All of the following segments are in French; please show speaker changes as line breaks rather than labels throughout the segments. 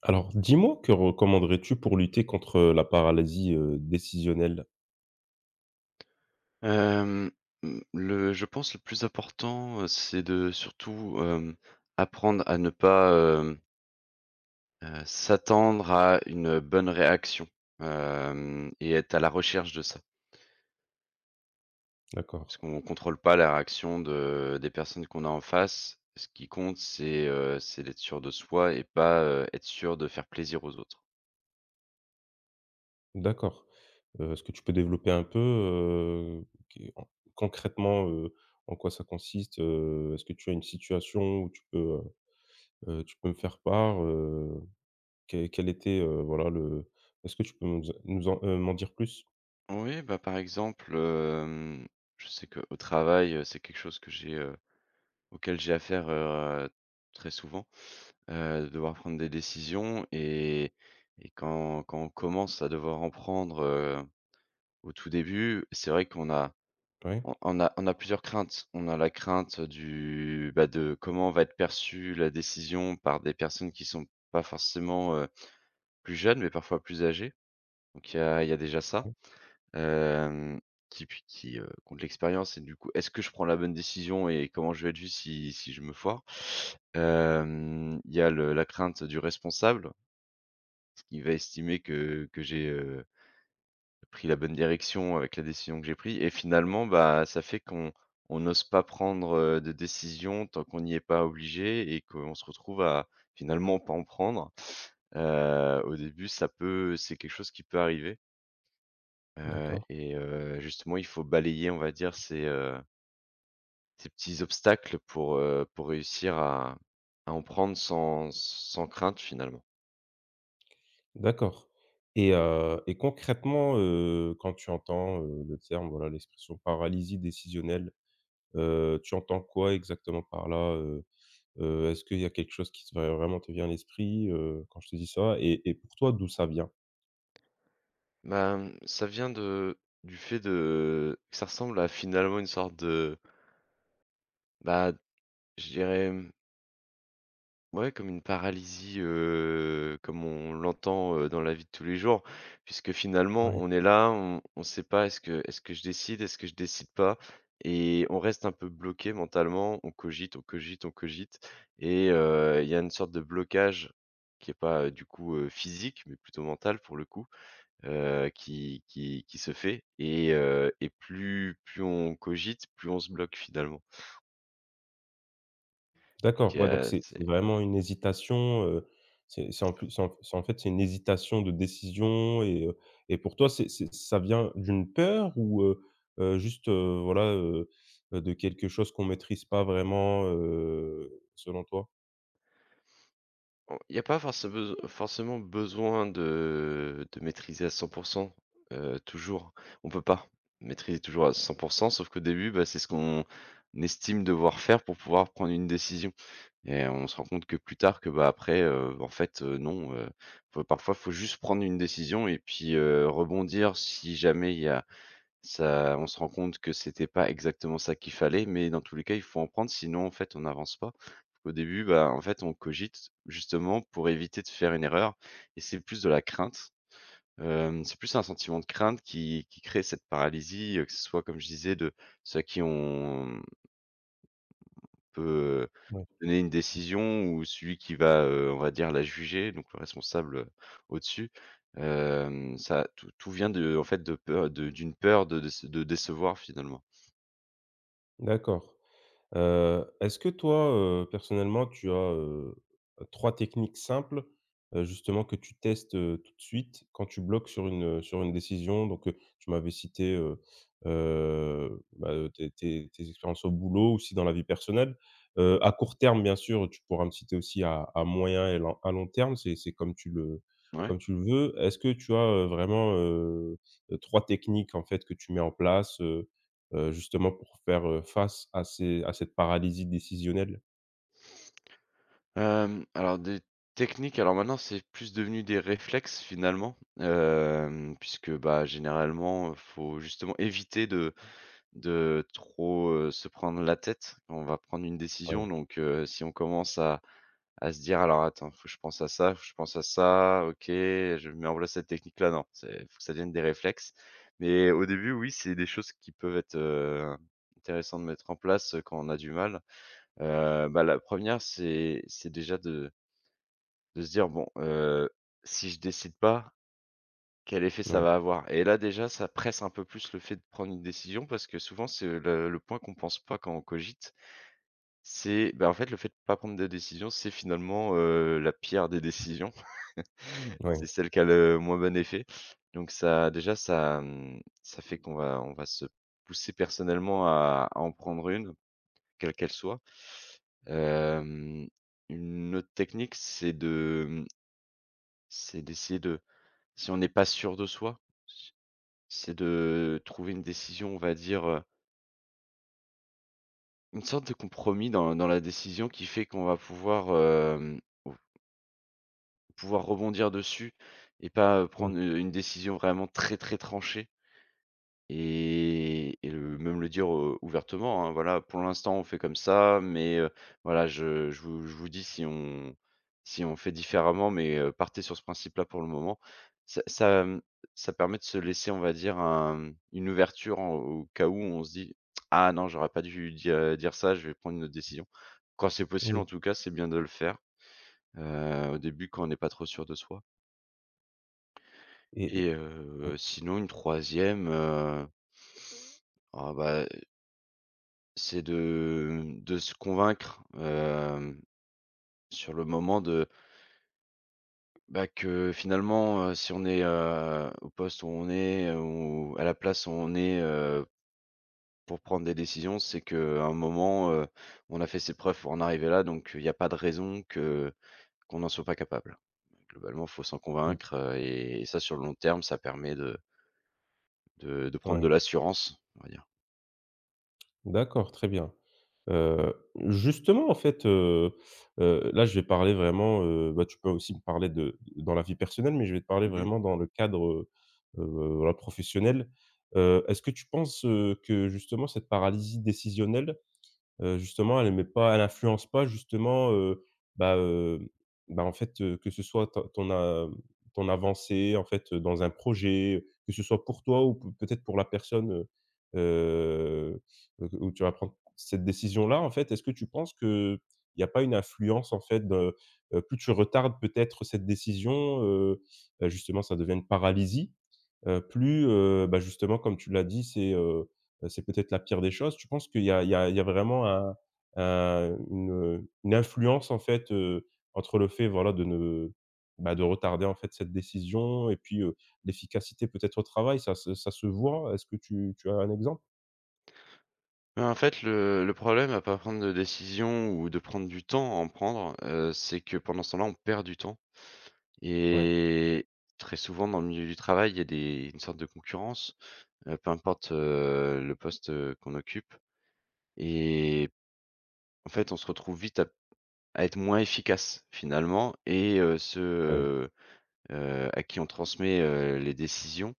Alors, dis-moi, que recommanderais-tu pour lutter contre la paralysie décisionnelle?
Hem, mmh, le je pense le plus important, c'est de surtout, apprendre à ne pas, hem, s'attendre à une bonne réaction, hem et être à la recherche de ça.
D'accord,
Parce qu'on ne contrôle pas la réaction de des personnes qu'on a en face. Ce qui compte, c'est d'être sûr de soi et pas, être sûr de faire plaisir aux autres.
d'accord. Est-ce que tu peux développer un peu, qu en concrètement, en quoi ça consiste? Est-ce que tu as une situation où tu peux me faire part? Quel était, voilà le est-ce que tu peux nous en, m'en dire plus?
Oui, bah, par exemple, je sais qu'au travail, c'est quelque chose que j'ai, auquel j'ai affaire, très souvent, de devoir prendre des décisions et et quand on commence à devoir en prendre, au tout début, c'est vrai qu'on a
Oui.
on a plusieurs craintes. On a la crainte du, bah, de comment va être perçue la décision par des personnes qui sont pas forcément, plus jeunes, mais parfois plus âgées, donc il y a déjà ça. Hem, qui puis qui l'expérience et du coup, est-ce que je prends la bonne décision et comment je vais être vu si je me foire? Il y a le la crainte du responsable, qui va estimer que j'ai, pris la bonne direction avec la décision que j'ai prise et finalement, bah, ça fait qu'on on n'ose pas prendre, de décision tant qu'on n'y est pas obligé et qu'on se retrouve à finalement pas en prendre. Au début, ça peut c'est quelque chose qui peut arriver.
D'accord,
Justement, il faut balayer, on va dire, ces petits obstacles pour réussir à en prendre sans crainte, finalement.
d'accord, et concrètement, quand tu entends, le terme, voilà, l'expression paralysie décisionnelle. Tu entends quoi exactement par là? Est-ce qu'il y a quelque chose qui te va vraiment te vient à l'esprit, quand je te dis ça? Et pour toi, d'où ça vient?
Bah, mmh, ça vient de du fait de que ça ressemble à finalement une sorte de, bah, je dirais ouais, comme une paralysie, comme on l'entend, dans la vie de tous les jours. Puisque finalement,
Ouais.
on est là, on ne sait pas est-ce que je décide, est-ce que je décide pas? Et on reste un peu bloqué mentalement, on cogite, on cogite, on cogite et il y a une sorte de blocage qui est pas, physique, mais plutôt mental pour le coup, qui se fait et plus on cogite, plus on se bloque finalement. Donc
D'accord, ouais, donc
il
c'est
c'est
c'est vraiment une hésitation, c'est
c'est
en
ça.
plus, c'est en fait, c'est une hésitation de décision. Et pour toi, c'est, ça vient d'une peur, ou juste, voilà, de quelque chose qu'on maîtrise pas vraiment, selon toi?
Il n'y a pas force beso forcément besoin de maîtriser à 100 toujours. On peut pas maîtriser toujours à 100 sauf qu'au début, bah, c'est ce qu'on estime devoir faire pour pouvoir prendre une décision et on se rend compte que plus tard que, bah, après, non, il faut juste prendre une décision et puis, rebondir si jamais il y a ça on se rend compte que c'était pas exactement ça qu'il fallait, mais dans tous les cas, il faut en prendre, sinon, en fait, on n'avance pas. Au début, bah, en fait, on cogite justement pour éviter de faire une erreur et c'est plus de la crainte. C'est plus un sentiment de crainte qui crée cette paralysie, que ce soit, comme je disais, de ceux à qui on peut
Ouais.
donner une décision ou celui qui va, on va dire la juger, donc le responsable, au-dessus. Ça tout vient de en fait, de peur de d'une peur de décevoir finalement.
D'accord. Est-ce que toi, personnellement, tu as, trois techniques simples, justement que tu testes, tout de suite quand tu bloques sur une décision? Donc, tu m'avais cité, bah, tes expériences au boulot, aussi dans la vie personnelle. À court terme, bien sûr, tu pourras me citer aussi à moyen et long à long terme, c'est,
Ouais.
comme tu le veux. Est-ce que tu as, vraiment, heu, techniques, en fait, que tu mets en place, justement pour faire, face à ces à cette paralysie décisionnelle?
Alors des techniques, alors maintenant c'est plus devenu des réflexes finalement, puisque, bah, généralement, faut justement éviter de trop, se prendre la tête quand on va prendre une décision.
Ouais,
Donc, si on commence à se dire: «Alors attends, faut que je pense à ça, faut que je pense à ça, OK, je mets en place cette technique-là». Non, c'est faut que ça devienne des réflexes. Mais au début, oui, c'est des choses qui peuvent être, intéressantes de mettre en place, quand on a du mal. Bah, la première, c'est déjà de se dire: «Bon, si je décide pas, quel effet ça
ouais,
va avoir?» Et là, déjà, ça presse un peu plus le fait de prendre une décision parce que souvent, c'est le point qu'on pense pas quand on cogite, c'est, bah, en fait, le fait de pas prendre de décision, c'est finalement, la pire des décisions.
ouais,
C'est celle qui a le moins bon effet. Donc ça, déjà, ça, ça fait qu'on va on va se pousser personnellement à en prendre une, quelle qu'elle soit. Hem, une autre technique, c'est de, c'est d'essayer de si on n'est pas sûr de soi, c'est de trouver une décision, on va dire, une sorte de compromis dans la décision qui fait qu'on va pouvoir, pouvoir rebondir dessus et pas,
oui,
prendre, une décision vraiment très, très tranchée. Et le dire, ouvertement, hein: «Voilà, pour l'instant, on fait comme ça, mais voilà, je vous dis si on si on fait différemment, mais partez sur ce principe-là pour le moment». Ça ça, hem, ça permet de se laisser, on va dire, un une ouverture en au cas où on se dit: «Ah non, j'aurais pas dû dire ça, je vais prendre une autre décision». Quand c'est possible,
oui
en tout cas, c'est bien de le faire, au début, quand on n'est pas trop sûr de soi
et
et
et oui,
heu, sinon une troisième, e ah bah c'est de se convaincre, sur le moment de, bah, que finalement, si on est, au poste où on est ou à la place où on est, pour prendre des décisions, c'est qu'à un moment, on a fait ses preuves pour en arriver là, donc il y a pas de raison que qu'on n'en soit pas capable. Globalement, il faut s'en
mmh,
convaincre, et ça sur le long terme, ça permet de prendre
ouais.
de l'assurance, on va dire.
D'accord, très bien. Heu, Justement, en fait, là, je vais parler vraiment, bah, tu peux aussi me parler de dans la vie personnelle, mais je vais te parler vraiment dans le cadre, voilà, professionnel. Est-ce que tu penses, que justement cette paralysie décisionnelle, justement, elle influence pas justement, bah, heu, bah, en fait, que ce soit ton avancée en fait, dans un projet, que ce soit pour toi ou p peut-être pour la personne, heu, où tu vas prendre cette décision-là, en fait. Est-ce que tu penses que il n'y a pas une influence en fait de, plus tu retardes peut-être cette décision, justement ça devient une paralysie? Plus, bah, justement comme tu l'as dit, c'est, peut-être la pire des choses. Tu penses qu'il y a, vraiment un, un une, une influence en fait, entre le fait voilà de ne bah, de retarder en fait cette décision et puis, l'efficacité peut-être au travail, ça se voit? Est-ce que tu as un exemple?
Bah, en fait, le problème à pas prendre de décision ou de prendre du temps à en prendre, c'est que pendant ce temps-là, on perd du temps
Ouais,
et très souvent dans le milieu du travail, il y a des une sorte de concurrence, peu importe, le poste, qu'on occupe et en fait, on se retrouve vite à être moins efficace finalement et ceux,
ouais,
heu à qui on transmet, les décisions,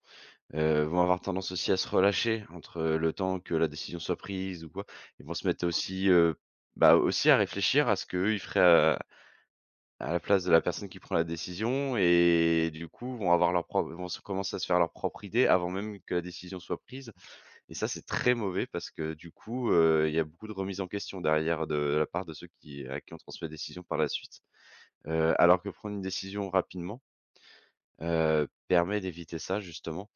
Vont avoir tendance aussi à se relâcher entre, le temps que la décision soit prise ou quoi. Ils vont se mettre aussi, bah, aussi à réfléchir à ce qu'eux ils feraient à la place de la personne qui prend la décision et du coup vont avoir leur propre vont se commencer à se faire leur propre idée avant même que la décision soit prise et ça c'est très mauvais parce que du coup, il y a beaucoup de remises en question derrière de la part de ceux qui à qui on transmet la décision par la suite. Alors que prendre une décision rapidement, permet d'éviter ça justement.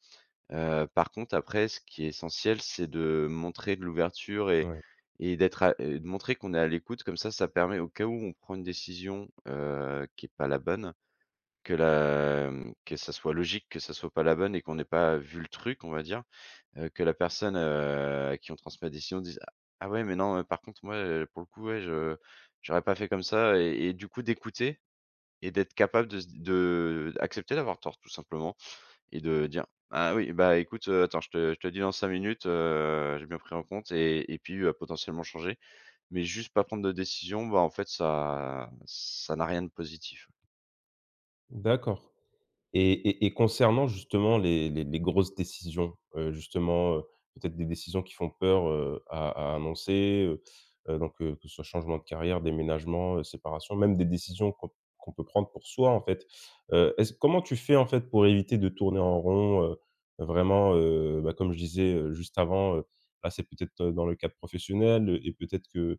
Par contre après ce qui est essentiel, c'est de montrer de l'ouverture et
ouais.
et d'être à de montrer qu'on est à l'écoute comme ça permet au cas où on prend une décision, qui est pas la bonne, que ça soit logique, que ça soit pas la bonne et qu'on n'ait pas vu le truc, on va dire, que la personne, à qui on transmet la décision dise: «Ah ah ouais mais non, par contre moi, pour le coup ouais je j'aurais pas fait comme ça» et du coup d'écouter et d'être capable de se de d'accepter d'avoir tort tout simplement. Et de dire: «Ah oui, bah, écoute, attends, je te dis dans 5 minutes, j'ai bien pris en compte» et puis, potentiellement changer. Mais juste pas prendre de décision, bah, en fait, ça n'a rien de positif.
D'accord. Et concernant justement les grosses décisions, justement, peut-être des décisions qui font peur, à annoncer, donc, que ce soit changement de carrière, déménagement, séparation, même des décisions qu'on peut prendre pour soi, en fait. Est-ce comment tu fais, en fait, pour éviter de tourner en rond, vraiment, bah, comme je disais, juste avant, là, c'est peut-être, dans le cadre professionnel, et peut-être que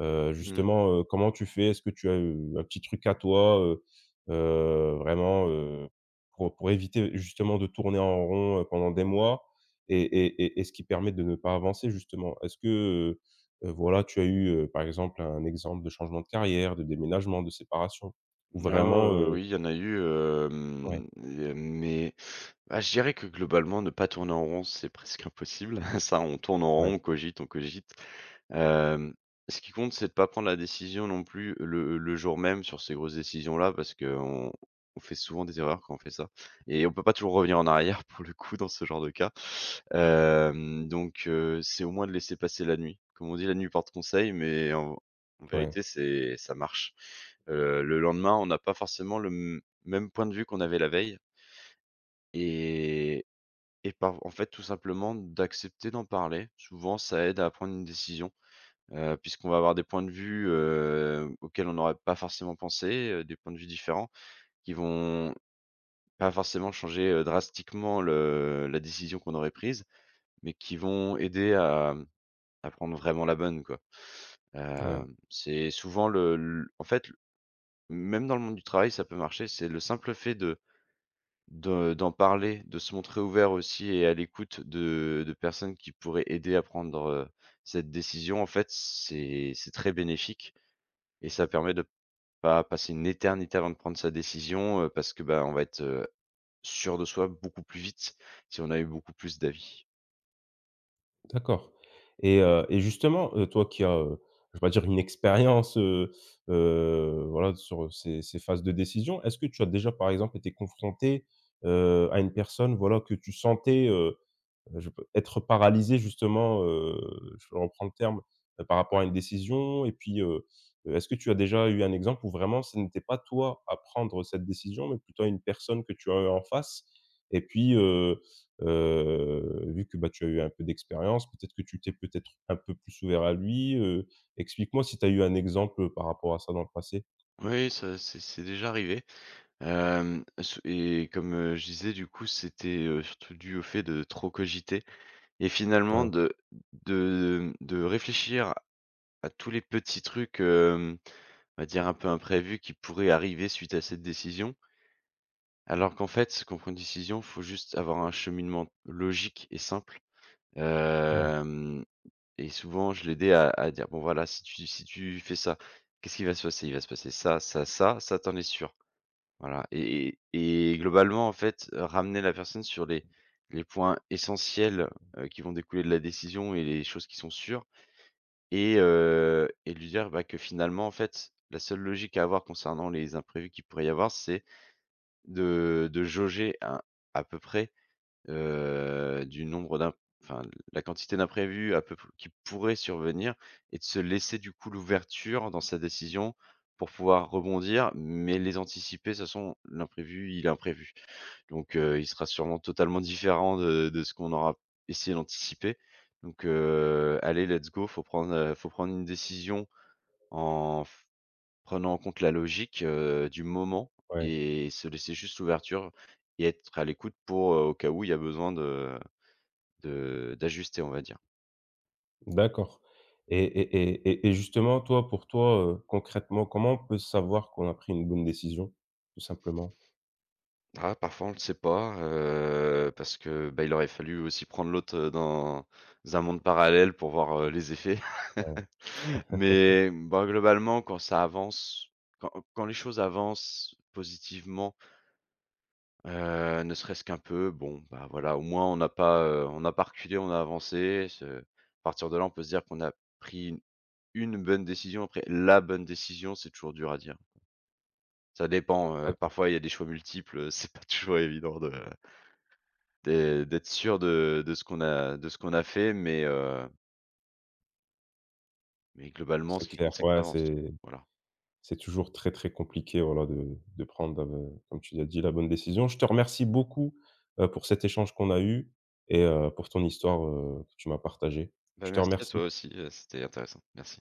Mmh.
Justement, comment tu fais? Est-ce que tu as, un petit truc à toi, vraiment, pour éviter justement de tourner en rond, pendant des mois et ce qui permet de ne pas avancer justement? Est-ce que, voilà, tu as eu, par exemple, un exemple de changement de carrière, de déménagement, de séparation? Ou vraiment,
Oui, il y en a eu,
ouais,
mais, bah, je dirais que globalement, ne pas tourner en rond, c'est presque impossible. Ça, on tourne en rond,
ouais,
on cogite, on cogite. Hem, ce qui compte, c'est de pas prendre la décision non plus le jour même sur ces grosses décisions-là, parce qu'on on fait souvent des erreurs quand on fait ça et on peut pas toujours revenir en arrière pour le coup dans ce genre de cas. Hem, donc c'est au moins de laisser passer la nuit. Comme on dit: «La nuit porte conseil», mais en
ouais,
vérité, c'est ça marche. Le lendemain, on n'a pas forcément le m même point de vue qu'on avait la veille et et par en fait, tout simplement d'accepter d'en parler. Souvent, ça aide à prendre une décision. Puisqu'on va avoir des points de vue, auxquels on n'aurait pas forcément pensé, des points de vue différents qui vont pas forcément changer, drastiquement le la décision qu'on aurait prise, mais qui vont aider à, mmh, à prendre vraiment la bonne, quoi.
ouais.
C'est souvent le l en fait, même dans le monde du travail, ça peut marcher, c'est le simple fait de d'en parler, de se montrer ouvert aussi et à l'écoute de personnes qui pourraient aider à prendre, cette décision, en fait, c'est très bénéfique et ça permet de pas passer une éternité avant de prendre sa décision, parce que, bah, on va être, sûr de soi beaucoup plus vite si on a eu beaucoup plus d'avis.
D'accord, et justement, toi qui as, je vais pas dire une expérience, voilà, sur ces phases de décision, est-ce que tu as déjà, par exemple, été confronté, à une personne, voilà, que tu sentais, je peux être paralysé justement, je reprends le terme, par rapport à une décision et puis, est-ce que tu as déjà eu un exemple où vraiment ce n'était pas toi à prendre cette décision, mais plutôt une personne que tu as eu en face? Et puis, vu que, bah, tu as eu un peu d'expérience, peut-être que tu t'es peut-être un peu plus ouvert à lui. Explique-moi si tu as eu un exemple, par rapport à ça dans le passé?
Oui, ça c'est déjà arrivé, hem, s et comme, je disais, du coup, c'était, surtout dû au fait de trop cogiter et finalement
Ouais,
de réfléchir à tous les petits trucs, hem, on va dire un peu imprévus qui pourraient arriver suite à cette décision. Alors qu'en fait, quand on prend une décision, faut juste avoir un cheminement logique et simple,
ouais,
hem Et souvent, je l'aidais à dire: «Bon voilà, si tu fais ça, qu'est-ce qui va se passer? Il va se passer ça, ça, ça, ça, t'en es sûr». Voilà et globalement, en fait, ramener la personne sur les points essentiels, qui vont découler de la décision et les choses qui sont sûres et lui dire, bah, que finalement, en fait, la seule logique à avoir concernant les imprévus qu'il pourrait y avoir, c'est de jauger à peu près, du nombre d'im enfin, la quantité d'imprévus à peu p qui pourraient survenir et de se laisser du coup l'ouverture dans sa décision pour pouvoir rebondir, mais les anticiper. De toute façon, l'imprévu, il est imprévu. Donc il sera sûrement totalement différent de ce qu'on aura essayé d'anticiper. Donc allez, let's go, faut prendre une décision en f prenant en compte la logique, du moment
ouais.
et se laisser juste l'ouverture et être à l'écoute pour, au cas où il y a besoin de d'ajuster, on va dire.
D'accord, et justement, toi, pour toi, concrètement, comment on peut savoir qu'on a pris une bonne décision? Tout simplement?
Ah, parfois on le sait pas, parce que, bah, il aurait fallu aussi prendre l'autre, dans un monde parallèle pour voir, les effets.
Ouais,
Mais, bah, globalement, quand ça avance, quand les choses avancent positivement, ne serait-ce qu'un peu, bon, bah, voilà, au moins on n'a pas reculé, on a avancé. Ce à partir de là, on peut se dire qu'on a pris une bonne décision. Après, la bonne décision, c'est toujours dur à dire. Ça dépend,
d'accord,
parfois il y a des choix multiples, c'est pas toujours évident de d'être sûr de ce qu'on a de ce qu'on a fait, mais globalement,
c'est
ce qui
clair.
compte, c'est que
Ouais,
ça avance.
c'est
Voilà.
c'est toujours très, très compliqué, voilà, de prendre, comme tu l'as dit, la bonne décision. Je te remercie beaucoup, pour cet échange qu'on a eu et pour ton histoire, que tu m'as partagée.
Bah,
Je te
merci à
remercie.
toi aussi, c'était intéressant. Merci.